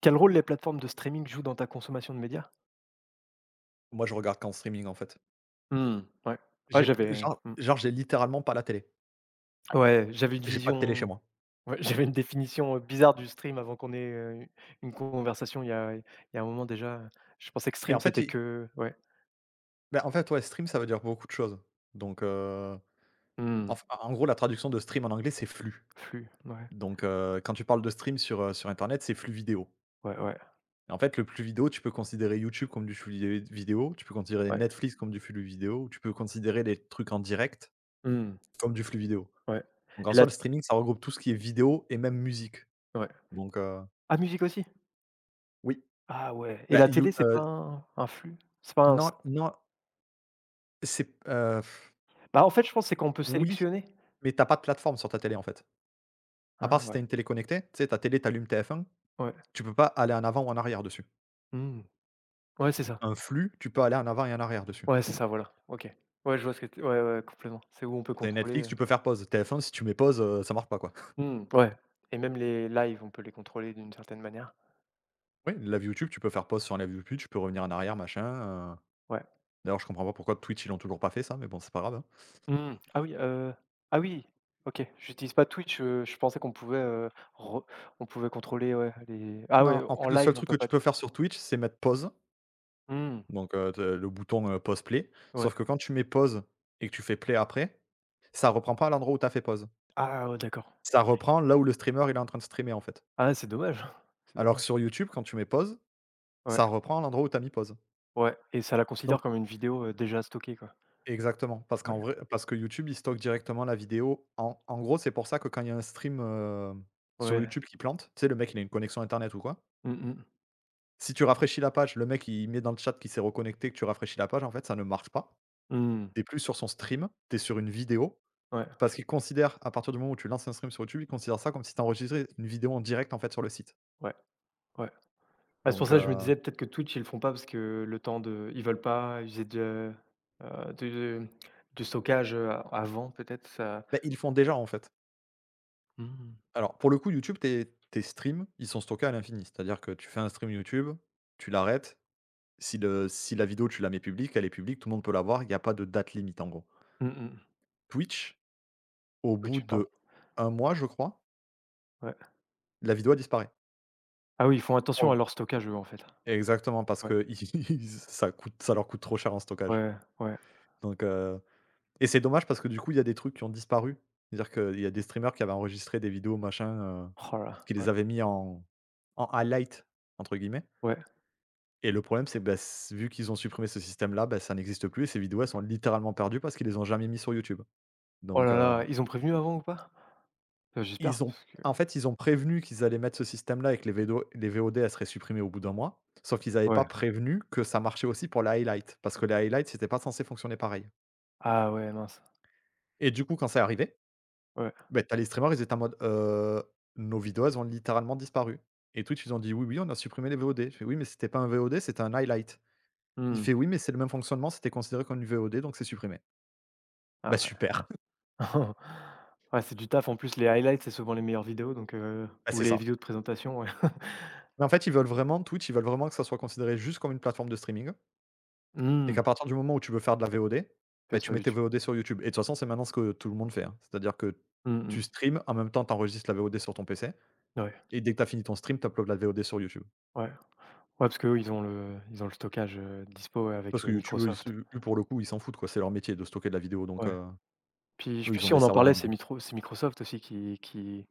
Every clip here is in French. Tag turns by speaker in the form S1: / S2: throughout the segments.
S1: Quel rôle les plateformes de streaming jouent dans ta consommation de médias?
S2: Moi, je regarde qu'en streaming, en fait.
S1: Mmh, ouais. Ouais,
S2: J'ai p
S1: j'avais
S2: genre
S1: mmh.
S2: genre, J'ai littéralement pas la télé.
S1: Ouais, j'avais une
S2: J'ai pas de télé chez
S1: vision
S2: moi.
S1: ouais, j'avais une définition, bizarre du stream avant qu'on ait, une conversation il y a un moment déjà. Je pensais que
S2: Mais
S1: stream,
S2: en fait,
S1: c'était
S2: i
S1: que ouais.
S2: bah, en fait, ouais, stream, ça veut dire beaucoup de choses. Donc,
S1: Mmh.
S2: enf en gros, la traduction de stream en anglais, c'est flux.
S1: Flux, ouais.
S2: Donc, quand tu parles de stream sur internet, c'est flux vidéo.
S1: Ouais, ouais,
S2: Et en fait, le flux vidéo, tu peux considérer YouTube comme du flux vidéo, tu peux considérer
S1: ouais.
S2: Netflix comme du flux vidéo, tu peux considérer les trucs en direct
S1: Mmh,
S2: comme du flux vidéo.
S1: ouais.
S2: Donc, en
S1: Et
S2: soi,
S1: la
S2: le streaming, ça regroupe tout ce qui est vidéo et même musique.
S1: ouais.
S2: Donc,
S1: Ah, musique aussi?
S2: oui.
S1: Ah ouais et
S2: Ben
S1: la
S2: You
S1: télé, c'est pas un flux? C'est pas un
S2: Non, non. C'est
S1: Bah, en fait, je pense, que c'est qu'on peut
S2: Oui,
S1: sélectionner.
S2: mais t'as pas de plateforme sur ta télé, en fait. À part
S1: Hein
S2: si tu
S1: ouais,
S2: une télé connectée, tu sais, ta télé, t'allumes allumes TF1,
S1: ouais.
S2: tu peux pas aller en avant ou en arrière dessus.
S1: Mmh. Ouais, c'est ça.
S2: Un flux, tu peux aller en avant et en arrière dessus.
S1: Ouais, c'est ça, voilà. OK. Ouais, je vois ce que tu ouais, ouais, complètement. C'est où on peut
S2: T'as
S1: contrôler,
S2: Netflix, tu peux faire pause. TF1, si tu mets pause, ça marche pas, quoi.
S1: mmh, ouais et même les lives, on peut les contrôler d'une certaine manière.
S2: Oui, la vue YouTube, tu peux faire pause sur la vue YouTube, tu peux revenir en arrière, machin.
S1: Ouais.
S2: D'ailleurs, je comprends pas pourquoi Twitch, ils l'ont toujours pas fait ça, mais bon, c'est pas grave, hein.
S1: Mmh. Ah oui, ah oui! OK, j'utilise pas Twitch, je pensais qu'on pouvait, re on pouvait contrôler, ouais, les ah ouais,
S2: Non, en
S1: en
S2: fait, le seul
S1: live, on
S2: truc
S1: peut
S2: que tu
S1: pas du
S2: peux
S1: tout.
S2: faire sur Twitch, c'est mettre pause,
S1: Mmh.
S2: donc te le bouton, pause play.
S1: Ouais.
S2: Sauf que quand tu mets pause et que tu fais play après, ça reprend pas à l'endroit où t'as fait pause.
S1: Ah ouais, d'accord.
S2: Ça
S1: OK.
S2: reprend là où le streamer, il est en train de streamer, en fait.
S1: Ah, c'est dommage, c'est
S2: Alors que
S1: dommage.
S2: sur YouTube, quand tu mets pause,
S1: Ouais,
S2: ça reprend à l'endroit où tu as mis pause.
S1: ouais et ça la
S2: Donc
S1: considère comme une vidéo, déjà stockée, quoi.
S2: exactement, parce
S1: Ouais,
S2: qu'en vrai, parce que YouTube, il stocke directement la vidéo. En gros, c'est pour ça que quand il y a un stream, sur
S1: ouais.
S2: YouTube qui plante, tu sais, le mec, il a une connexion internet ou quoi.
S1: Mmh mh.
S2: Si tu rafraîchis la page, le mec, il met dans le chat qu'il s'est reconnecté, que tu rafraîchis la page, en fait, ça ne marche pas.
S1: Mmh.
S2: T'es plus sur son stream, t'es sur une vidéo,
S1: Ouais,
S2: parce qu'il considère, à partir du moment où tu lances un stream sur YouTube, il considère ça comme si t'enregistrais une vidéo en direct, en fait, sur le site.
S1: ouais, ouais. Bah, c'est pour
S2: Donc,
S1: ça que je me disais peut-être que Twitch, ils le font pas parce que le temps de ils veulent pas user heu, de de stockage, avant peut-être ça.
S2: beh, ils le font déjà, en fait.
S1: Mmh.
S2: Alors, pour le coup, YouTube, tes streams, ils sont stockés à l'infini. C'est-à-dire que tu fais un stream YouTube, tu l'arrêtes. Si la vidéo, tu la mets publique, elle est publique, tout le monde peut la voir. Il y a pas de date limite, en gros.
S1: Mmh mh.
S2: Twitch, au bout
S1: Twitch, pardon,
S2: de un mois, je crois,
S1: ouais.
S2: la vidéo a disparu.
S1: Ah oui, ils font attention à
S2: En
S1: leur stockage, eux, en fait.
S2: Exactement, parce
S1: Ouais,
S2: que ils ça coûte ça leur coûte trop cher en stockage.
S1: ouais, ouais.
S2: Donc, et c'est dommage parce que, du coup, il y a des trucs qui ont disparu. C'est-à-dire qu'il y a des streamers qui avaient enregistré des vidéos,
S1: Oh là
S2: qui les
S1: ouais,
S2: avaient mis en «highlight», entre guillemets.
S1: ouais.
S2: Et le problème, c'est que, bah, s vu qu'ils ont supprimé ce système-là, bah, ça n'existe plus et ces vidéos, elles sont littéralement perdues parce qu'ils les ont jamais mis sur YouTube.
S1: Oh
S2: Donc,
S1: là là, ils ont prévenu avant ou pas? J'espère
S2: ils ont
S1: parce
S2: en
S1: que
S2: fait, ils ont prévenu qu'ils allaient mettre ce système-là et que les VOD, elles seraient supprimées au bout d'un mois. Sauf qu'ils n'avaient pas
S1: ouais.
S2: prévenu que ça marchait aussi pour les highlights, parce que les highlights, c'était pas censé fonctionner pareil.
S1: Ah ouais, mince.
S2: Et du coup, quand c'est arrivé,
S1: Ouais.
S2: bah, tu as les streamers, ils étaient en mode: Nos vidéos, elles ont littéralement disparu». Et Twitch, ils ont dit: «Oui, oui, on a supprimé les VOD». Je fais: «Oui, mais c'était pas un VOD, c'était un highlight». Il
S1: Mmh.
S2: fait: «Oui, mais c'est le même fonctionnement, c'était considéré comme une VOD, donc c'est supprimé». Bah,
S1: Ah
S2: super!
S1: ouais. Ouais, c'est du taf. En plus, les highlights, c'est souvent les meilleures vidéos donc
S2: Bah,
S1: ou
S2: c'est
S1: les
S2: ça.
S1: vidéos de présentation, ouais.
S2: Mais en fait, ils veulent vraiment Twitch, ils veulent vraiment que ça soit considéré juste comme une plateforme de streaming et
S1: Mmh.
S2: qu'à partir du moment où tu veux faire de la VOD,
S1: Tu
S2: bah,
S1: vois
S2: tu
S1: sur
S2: mets tes
S1: YouTube.
S2: VOD sur YouTube. Et de toute façon, c'est maintenant ce que tout le monde fait, hein. C'est-à-dire que
S1: Mmh
S2: tu
S1: mh.
S2: streams, en même temps, tu enregistres la VOD sur ton PC
S1: Ouais.
S2: et dès que tu as fini ton stream, tu uploads la VOD sur YouTube.
S1: Ouais. Ouais, parce qu'eux, ils ont le stockage, dispo, ouais, avec,
S2: Parce que YouTube,
S1: Microsoft.
S2: eux, pour le coup, ils s'en foutent, quoi. C'est leur métier de stocker de la vidéo, donc
S1: Ouais. Puis, je sais
S2: eux,
S1: plus
S2: ils ont
S1: si
S2: des
S1: on en
S2: serveurs
S1: parlait,
S2: énormes.
S1: c'est Microsoft aussi qui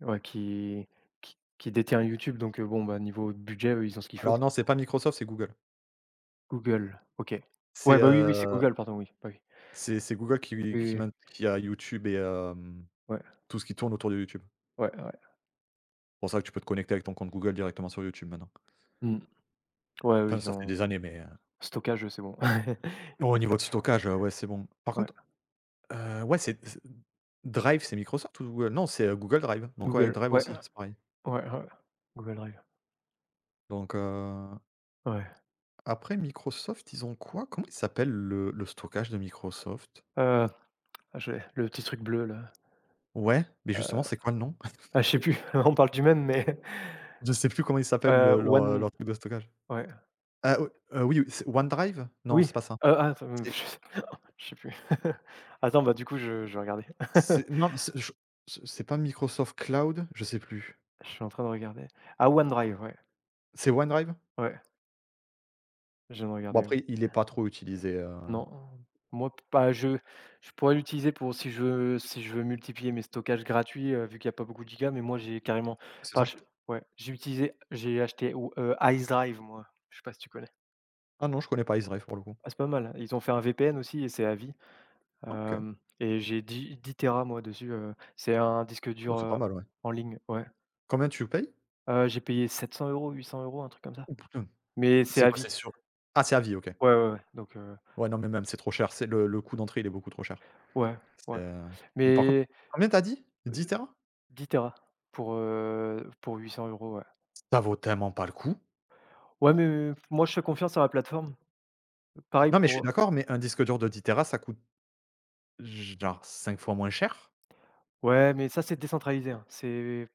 S1: ouais, qui détient YouTube, donc, bon, bah, niveau budget, eux, ils ont ce qu'il faut.
S2: Alors non, c'est pas Microsoft, c'est Google.
S1: Google, OK.
S2: C'est,
S1: Ouais, bah, oui, oui, c'est
S2: heu,
S1: Google, pardon, oui. Bah, oui.
S2: c'est Google qui
S1: Oui, oui,
S2: qui
S1: oui.
S2: maint qui a YouTube et
S1: Ouais,
S2: tout ce qui tourne autour de YouTube.
S1: ouais, ouais.
S2: C'est pour ça que tu peux te connecter avec ton compte Google directement sur YouTube maintenant.
S1: Mmh. Ouais, eux,
S2: Enfin,
S1: ils
S2: ça fait
S1: ont
S2: des années, mais,
S1: stockage, eux, c'est bon.
S2: au
S1: Ils ont
S2: niveau
S1: ce
S2: de
S1: qu'il faut.
S2: stockage, ouais, c'est bon. Par
S1: Ouais.
S2: contre, ouais, c'est Drive, c'est Microsoft ou, non, c'est, Google Drive, donc ouais,
S1: Google,
S2: Drive
S1: ouais,
S2: aussi, c'est pareil.
S1: ouais, ouais. Google Drive.
S2: Donc,
S1: Ouais.
S2: après Microsoft, ils ont quoi? Comment il s'appelle le stockage de Microsoft?
S1: Heu, ah, je l'ai, le petit truc bleu, là.
S2: Ouais, mais justement,
S1: Heu,
S2: c'est quoi le nom?
S1: ah, je sais plus, on parle du même, mais
S2: Je sais plus comment il s'appelle leur
S1: One
S2: truc de stockage.
S1: ouais.
S2: Ah, oui, oui, c'est OneDrive? Non,
S1: Oui,
S2: c'est pas ça.
S1: ah ça me je
S2: C'est
S1: sais je sais plus. Attends, bah, du coup, je vais regarder.
S2: c'est Non, c'est pas Microsoft Cloud? Je sais plus.
S1: Je suis en train de regarder. Ah, OneDrive, ouais,
S2: C'est OneDrive?
S1: ouais, je viens de
S2: Bon
S1: regarder, ouais.
S2: après, il est pas trop utilisé,
S1: Non, moi, p bah, je pourrais l'utiliser pour si je veux multiplier mes stockages gratuits, vu qu'il y a pas beaucoup de gigas, mais moi, j'ai carrément
S2: c'est
S1: enfin,
S2: ça?
S1: je ouais, j'ai acheté ou IceDrive, moi. Je sais pas si tu connais?
S2: Ah non, je connais pas Israël pour le coup.
S1: Ah, c'est pas mal. Ils ont fait un VPN aussi et c'est à vie.
S2: Ah, OK.
S1: Hem et j'ai dix 10 téra moi dessus, c'est un disque
S2: Oh,
S1: dur,
S2: c'est pas mal, ouais.
S1: en ligne, ouais.
S2: Combien tu payes?
S1: J'ai payé 700 euros, 800 euros, un truc comme ça.
S2: Oh putain!
S1: Mais c'est
S2: C'est
S1: à
S2: quoi? C'est
S1: vie.
S2: sûr, ah, c'est à vie, OK.
S1: Ouais, ouais, ouais, donc
S2: Ouais, non, mais même c'est trop cher, c'est le coût d'entrée, il est beaucoup trop cher.
S1: ouais,
S2: C'est,
S1: ouais.
S2: heu, mais par contre
S1: Mais
S2: combien t'as dit? 10 TB?
S1: 10 téra pour 800 euros. Ouais.
S2: Ça vaut tellement pas le coup.
S1: Ouais, mais moi je fais confiance à la plateforme. Pareil
S2: Non, mais je suis
S1: pour,
S2: d'accord, mais un disque dur de 10 TB, ça coûte genre 5 fois moins cher.
S1: ouais, mais ça c'est décentralisé, hein. C'est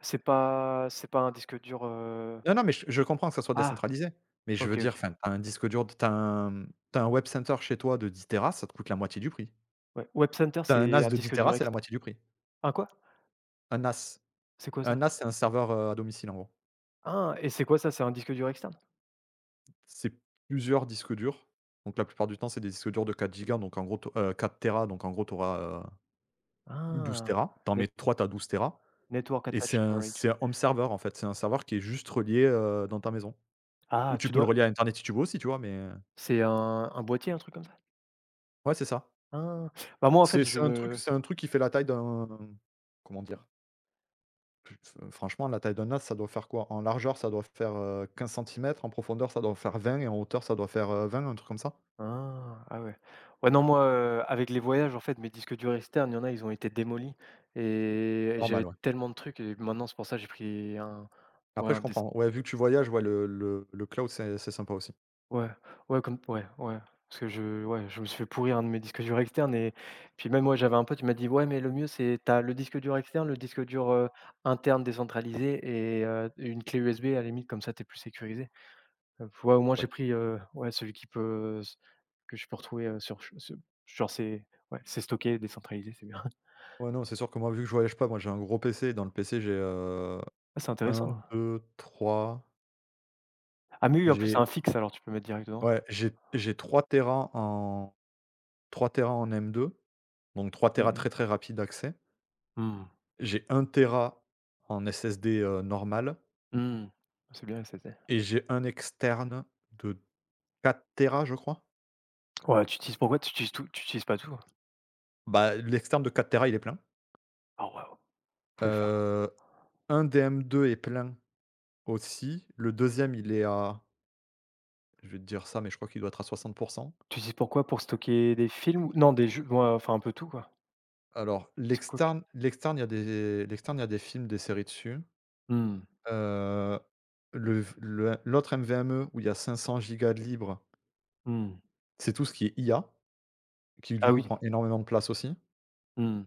S1: c'est pas c'est pas un disque dur,
S2: Non, non, mais je comprends que ça soit
S1: ah!
S2: décentralisé, mais je veux
S1: OK,
S2: dire,
S1: OK.
S2: enfin, tu un disque dur de t'as un tu un web center chez toi de 10 TB, ça te coûte la moitié du prix.
S1: Ouais. Web Center,
S2: T'as un
S1: c'est
S2: NAS
S1: un
S2: de
S1: disque
S2: 10 TB,
S1: dur
S2: c'est la
S1: externe.
S2: moitié du prix.
S1: Un quoi?
S2: Un NAS.
S1: C'est quoi
S2: Un
S1: ça?
S2: NAS, c'est un serveur, à domicile, en gros.
S1: Ah et c'est quoi ça? C'est un disque dur externe?
S2: C'est plusieurs disques durs. Donc la plupart du temps, c'est des disques durs de 4 gigas, donc en gros, tu au 4, donc en gros, tu auras, douze 12
S1: Ah!
S2: téras. Tu en mets
S1: Net
S2: 3, tu as 12
S1: Network
S2: et c'est
S1: attached
S2: un
S1: storage.
S2: c'est un home server, en fait. C'est un serveur qui est juste relié, dans ta maison. Ou
S1: Ah,
S2: tu
S1: tu
S2: peux le
S1: dois
S2: relier à internet si tu veux aussi, tu vois? Mais,
S1: c'est un boîtier, un truc comme ça?
S2: ouais, c'est ça.
S1: Ah! Bah, moi, en fait,
S2: C'est
S1: je
S2: c'est un truc
S1: me
S2: c'est un truc qui fait la taille d'un, comment dire? F Franchement, la taille d'un NAS, ça doit faire quoi? En largeur, ça doit faire, 15 centimètres, en profondeur, ça doit faire 20 et en hauteur, ça doit faire, 20, un truc comme ça?
S1: ah! Ah ouais. Ouais, non, moi, avec les voyages, en fait, mes disques durs externes, il y en a, ils ont été démolis et
S2: Normal,
S1: j'avais
S2: ouais.
S1: tellement de trucs et maintenant, c'est pour ça, que j'ai pris un ouais,
S2: Après, je
S1: un des
S2: comprends. Ouais, vu que tu voyages, ouais, le cloud, c'est sympa aussi.
S1: Ouais, ouais, comme ouais, ouais, parce que je ouais, je me suis fait pourrir un de mes disques durs externes et puis même, moi j'avais un pote, il m'a dit: «Ouais, mais le mieux, c'est t'as le disque dur externe, le disque dur, interne décentralisé et une clé USB, à la limite, comme ça, t'es plus sécurisé». Ouais, au moins,
S2: Ouais.
S1: j'ai pris, ouais, celui qui peut, s que je peux retrouver, sur c'est ouais, c'est stocké, décentralisé, c'est bien.
S2: Ouais, non, c'est sûr que moi, vu que je voyage pas, moi, j'ai un gros PC. Dans le PC, j'ai,
S1: Ah, c'est
S2: un,
S1: intéressant.
S2: deux, trois.
S1: Ah, mais oui, en plus, c'est
S2: j'ai
S1: un fixe, alors tu peux mettre direct dedans.
S2: ouais, j'ai j'ai 3 téras en M2, donc trois
S1: Mmh
S2: téras
S1: mh.
S2: très, très rapide d'accès.
S1: Mmh.
S2: J'ai 1 tera en SSD, normal
S1: Mmh. C'est bien, SSD.
S2: et j'ai un externe de 4 tera je crois.
S1: Ouais, tu utilises pourquoi tu utilises pas tout?
S2: Bah, l'externe de 4 tera il est plein.
S1: Ah, waouh! Faut le faire.
S2: Heu, un des M2 est plein aussi. Le deuxième il est à, je vais te dire ça, mais je crois qu'il doit être à 60.
S1: Tu dis pourquoi? Pour stocker des films ou non, des jeux? Ouais, enfin un peu tout quoi.
S2: Alors,
S1: C'est quoi q
S2: il y a des l'externe, il y a des films, des séries dessus.
S1: Mmh,
S2: Heu, le l'autre MVME où il y a 500 gigas de libre,
S1: mmh.
S2: c'est tout ce qui est IA, qui du
S1: Ah
S2: coup
S1: oui.
S2: prend énormément de place aussi.
S1: Mmh.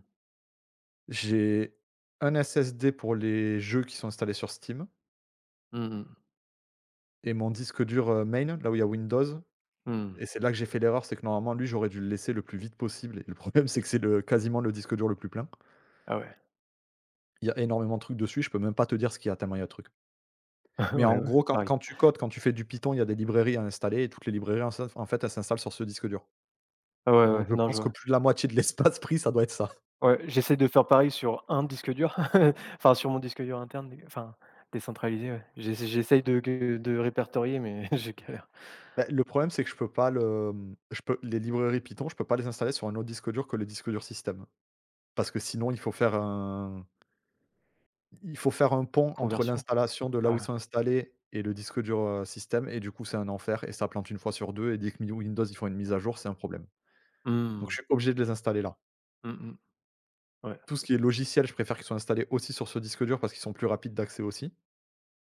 S2: J'ai un SSD pour les jeux qui sont installés sur Steam
S1: Mmh mh.
S2: et mon disque dur, main, là où il y a Windows,
S1: Mmh.
S2: et c'est là que j'ai fait l'erreur, c'est que normalement, lui, j'aurais dû le laisser le plus vite possible et le problème, c'est que c'est le quasiment le disque dur le plus plein.
S1: Ah ouais.
S2: Il y a énormément de trucs dessus, je peux même pas te dire ce qu'il y a tellement il y a de trucs. Mais en
S1: Ouais, ouais,
S2: gros, quand
S1: pareil.
S2: quand tu codes, quand tu fais du Python, il y a des librairies à installer et toutes les librairies en fait, elles s'installent sur ce disque dur.
S1: Ah ouais,
S2: Donc
S1: ouais,
S2: je
S1: non, je
S2: pense que
S1: vois.
S2: plus de la moitié de l'espace pris, ça doit être ça.
S1: Ouais, j'essaie de faire pareil sur un disque dur, enfin sur mon disque dur interne, dé enfin décentralisé, ouais. J'essaye de que de répertorier mais je galère.
S2: Bah, le problème, c'est que je peux pas le, je peux les librairies Python, je peux pas les installer sur un autre disque dur que le disque dur système. Parce que sinon, il faut faire un pont entre
S1: Conversion.
S2: l'installation de là où ils
S1: Ah.
S2: sont installés et le disque dur, système et du coup, c'est un enfer et ça plante une fois sur 2. Et dès que Windows, ils font une mise à jour, c'est un problème. Donc
S1: Mmh.
S2: je suis obligé de les installer là.
S1: Mmh mh. Ouais.
S2: Tout ce qui est logiciel, je préfère qu'ils soient installés aussi sur ce disque dur parce qu'ils sont plus rapides d'accès aussi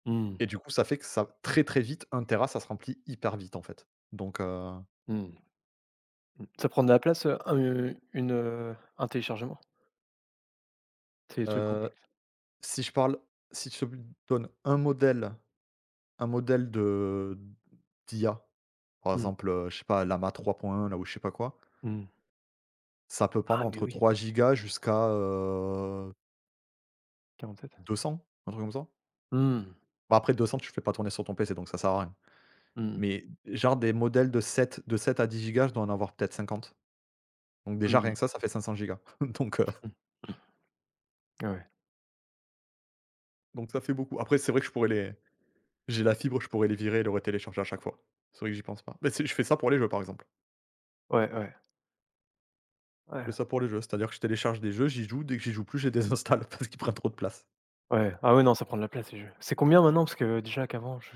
S1: Mmh.
S2: et du coup, ça fait que ça très, très vite, un téra, ça se remplit hyper vite, en fait. Donc heu
S1: Mmh. Mmh. Ça prend de la place, un téléchargement? C'est des trucs
S2: heu,
S1: complexes.
S2: Si je parle si je te donne un modèle de d'IA, par
S1: Mmh.
S2: exemple, je sais pas, lama trois point un, là où je sais pas quoi,
S1: Mmh.
S2: ça peut prendre
S1: Ah mais
S2: entre
S1: oui.
S2: 3 gigas jusqu'à,
S1: 47?
S2: 200, un truc comme ça.
S1: Mmh.
S2: Bah, après 200, tu le fais pas tourner sur ton PC, donc ça sert à rien.
S1: Mmh.
S2: Mais genre des modèles de 7 à 10 gigas, je dois en avoir peut-être 50. Donc déjà rien
S1: Mmh
S2: que ça fait 500 gigas.
S1: Mmh. Ouais.
S2: Donc ça fait beaucoup. Après c'est vrai que je pourrais les j'ai la fibre, je pourrais les virer et les retélécharger à chaque fois. C'est vrai que j'y pense pas. Mais c'est je fais ça pour les jeux par exemple.
S1: Ouais, ouais.
S2: Je
S1: Ouais.
S2: fais ça pour les jeux, c'est-à-dire que je télécharge des jeux, j'y joue, dès que j'y joue plus, je les désinstalle parce qu'ils prennent trop de place.
S1: Ouais. Ah ouais, non, ça prend de la place, ces jeux. C'est combien maintenant? Parce que déjà qu'avant, je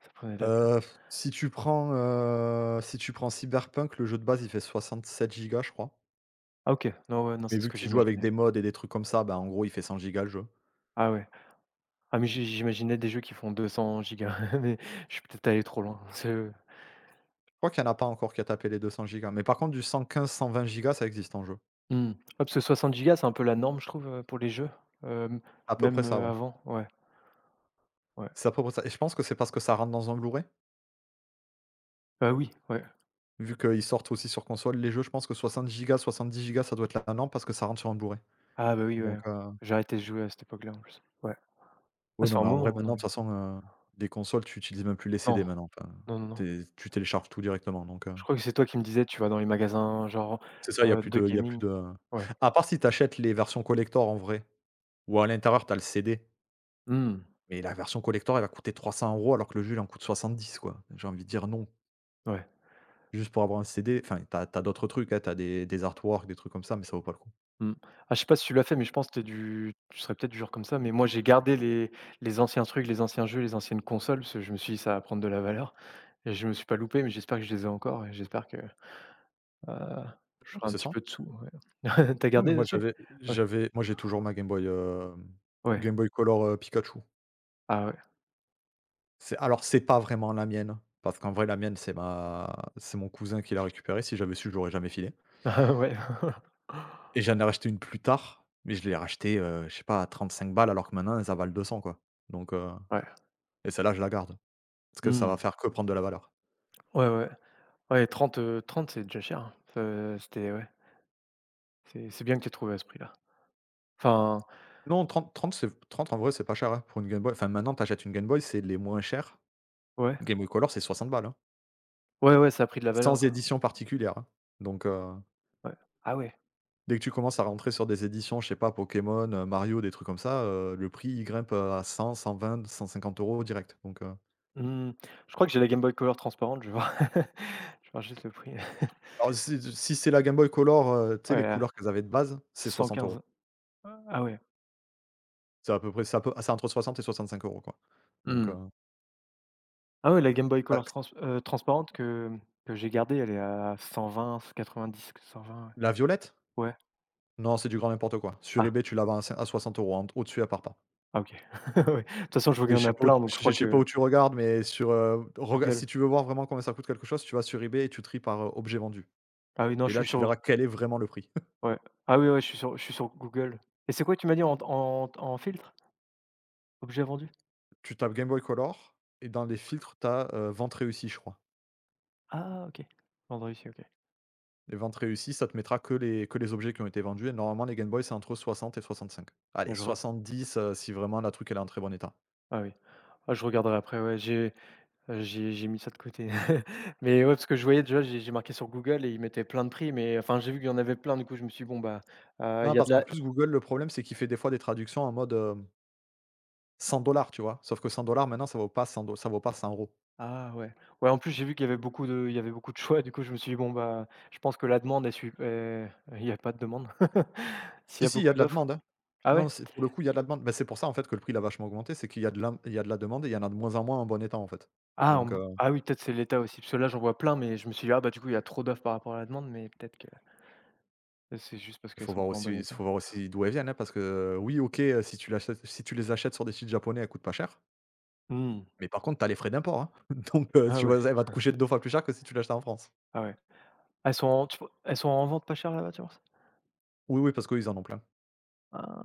S1: ça prenait de la place.
S2: Heu, si tu prends, si tu prends Cyberpunk, le jeu de base, il fait 67 gigas je crois.
S1: Ah OK. Non, ouais, non,
S2: Mais
S1: c'est ce
S2: vu que
S1: que
S2: tu joues avec
S1: j'imaginais.
S2: des mods et des trucs comme ça, ben, en gros il fait 100 gigas le jeu.
S1: Ah ouais. Ah mais j'imaginais des jeux qui font 200 gigas mais je suis peut-être allé trop loin. C'est ouais,
S2: Je crois qu'il y en a pas encore qui a tapé les 200 gigas. Mais par contre du 115-120 gigas ça existe en jeu.
S1: Mmh. Ouais, parce que 60 Go, c'est un peu la norme, je trouve, pour les jeux, hem,
S2: À peu près
S1: même,
S2: ça, ouais.
S1: avant. Ouais, ouais.
S2: C'est à peu près ça et je pense que c'est parce que ça rentre dans un Blu-ray.
S1: Bah oui, ouais.
S2: Vu qu'ils sortent aussi sur console, les jeux, je pense que 60 gigas, dix gigas, ça doit être la norme parce que ça rentre sur un Blu-ray.
S1: Ah bah oui,
S2: Donc,
S1: ouais.
S2: heu,
S1: J'ai arrêté de jouer à cette époque-là, en plus. Ouais. Ah,
S2: oui,
S1: ça
S2: non,
S1: fait un
S2: mais en vrai,
S1: moment
S2: maintenant,
S1: maintenant,
S2: de
S1: les jeux.
S2: toute façon, les consoles, tu utilises même plus les
S1: Non.
S2: CD maintenant. Enfin,
S1: Non, non, non.
S2: tu tu télécharges tout directement,
S1: Je crois que c'est toi qui me disais, tu vas dans les magasins genre,
S2: c'est ça,
S1: de
S2: il y a plus
S1: gaming.
S2: de
S1: Ouais.
S2: à part si tu achètes les versions collector en vrai, ou à l'intérieur, tu as le CD,
S1: Mmh,
S2: mais la version collector, elle va coûter 300 euros alors que le jeu, il en coûte 70 quoi. J'ai envie de dire non.
S1: ouais,
S2: Juste pour avoir un CD, enfin, t'as, as d'autres trucs, hein, tu des artworks, des trucs comme ça, mais ça vaut pas le coup.
S1: mmh. Ah, je sais pas si tu l'as fait, mais je pense que tu serais peut-être du genre comme ça, mais moi j'ai gardé les anciens trucs, les anciens jeux, les anciennes consoles, parce que je me suis dit: «Ça va prendre de la valeur» et je me suis pas loupé, mais j'espère que je les ai encore et j'espère que, heu, je
S2: Non,
S1: ferai
S2: mais
S1: un
S2: c'est
S1: petit
S2: ça.
S1: peu de sous, ouais. Tu as
S2: Non, mais
S1: gardé
S2: moi
S1: dessus?
S2: j'avais
S1: Ouais,
S2: j'avais moi j'ai toujours ma Game Boy, hem,
S1: ouais,
S2: Game Boy Color, Pikachu.
S1: ah ouais,
S2: C'est alors c'est pas vraiment la mienne, parce qu'en vrai la mienne c'est ma c'est mon cousin qui l'a récupérée. Si j'avais su, je l'aurais jamais filé
S1: ah ouais,
S2: et j'en ai racheté une plus tard, mais je l'ai rachetée, je sais pas à 35 balles alors que maintenant ça valent 200 quoi. Donc, heu
S1: ouais,
S2: et celle-là je la garde, parce que ça va
S1: mmh,
S2: faire que prendre de la valeur.
S1: ouais, ouais, ouais, 30 30 c'est déjà cher, hein. C'était Ouais, c'est bien que tu aies trouvé à ce prix-là. Enfin
S2: Non trente c'est 30 en vrai c'est pas cher, hein, pour une Game Boy. Enfin maintenant t'achètes une Game Boy, c'est les moins chers
S1: ouais.
S2: Game Boy Color c'est 60 balles, hein,
S1: Ouais, ouais, ça a pris de la
S2: sans
S1: valeur.
S2: édition particulière, hein, donc, heu
S1: Ouais. Ah ouais.
S2: dès que tu commences à rentrer sur des éditions, je sais pas, Pokémon, Mario, des trucs comme ça, le prix, il grimpe, à 100-120-150 euros direct,
S1: Mmh. Je crois que j'ai la Game Boy Color transparente, je vois. Je vois juste le prix.
S2: alors si c'est la Game Boy Color, tu sais, les
S1: Ouais, à
S2: couleurs qu'elles avaient de base, c'est 60 euros.
S1: 115. Ah ouais.
S2: C'est à peu près, c'est à peu c'est entre 60 et 65 euros quoi, donc heu,
S1: Mmh. Ah ouais, la Game Boy Color
S2: taxe
S1: transparente que j'ai gardée, elle est à 120-90, 120,
S2: la violette?
S1: ouais. Ouais.
S2: Non, c'est du grand n'importe quoi. Sur
S1: Ah,
S2: eBay, tu la vends à 60 euros. En au-dessus, elle part pas.
S1: ah OK. Ouais. De toute façon, je vois
S2: Et
S1: qu'il y en a plein, donc je crois
S2: je sais pas
S1: que
S2: où tu regardes, mais sur, rega
S1: Google.
S2: si tu veux voir vraiment combien ça coûte quelque chose, tu vas sur eBay et tu tries par, objet vendu
S1: Ah oui, non,
S2: et
S1: je
S2: là,
S1: suis
S2: tu
S1: sur
S2: verras quel est vraiment le prix.
S1: ouais. Ah oui, ouais, je suis sur Google. Et c'est quoi, tu m'as dit en en filtre? Objets vendus?
S2: Tu tapes Game Boy Color et dans les filtres, tu as, vente réussie, je crois.
S1: Ah OK. Vendu ici, OK.
S2: Les vente réussie, ça te mettra que les objets qui ont été vendus et normalement les Game Boy, c'est entre 60 et 65. Allez
S1: Mais je re
S2: 70, si vraiment la truc, elle est en très bon état.
S1: ah oui. Ah, je regarderai après, ouais, j'ai mis ça de côté. Mais ouais, parce que je voyais déjà, j'ai marqué sur Google et ils mettaient plein de prix, mais enfin, j'ai vu qu'il y en avait plein, du coup, je me suis dit: «Bon, bah, il
S2: Non,
S1: y a de
S2: parce qu'en
S1: la»
S2: plus Google, le problème, c'est qu'il fait des fois des traductions en mode, 100 dollars tu vois? Sauf que cent dollars maintenant, ça vaut pas 100, ça vaut pas cent euros.
S1: ah ouais. Ouais, en plus, j'ai vu qu'il y avait beaucoup de il y avait beaucoup de choix, du coup, je me suis dit: «Bon, bah, je pense que la demande, est suit» il y a pas de demande. S'il y
S2: Si,
S1: a
S2: si, il y a
S1: beaucoup
S2: de la
S1: d'offres
S2: demande, hein.
S1: ah
S2: Non,
S1: ouais?
S2: c'est pour le coup, il y a de la demande. Bah, c'est pour ça, en fait, que le prix, il a vachement augmenté, c'est qu'il y a de la demande et il y en a de moins en moins en bon état, en fait.
S1: Ah, en
S2: Donc
S1: b ah oui, peut-être c'est l'État aussi, parce que là, j'en vois plein, mais je me suis dit: «Ah bah, du coup, il y a trop d'offres par rapport à la demande», mais peut-être que c'est juste parce
S2: Il
S1: qu'elles
S2: faut
S1: sont
S2: voir
S1: pas en
S2: aussi
S1: bon état.
S2: d'où elles viennent, hein, parce que, oui, OK, si tu les achètes sur des sites japonais, elles coûtent pas cher,
S1: Mmh.
S2: mais par contre, tu as les frais d'import, hein. Donc,
S1: Ah
S2: tu
S1: ouais,
S2: vois? Elle va te coucher 2 fois plus cher que si tu l'achetais en France.
S1: ah ouais. Elles sont en tu elles sont en vente pas chères là-bas, tu penses?
S2: Oui, oui, parce qu'ils en ont plein.
S1: Heu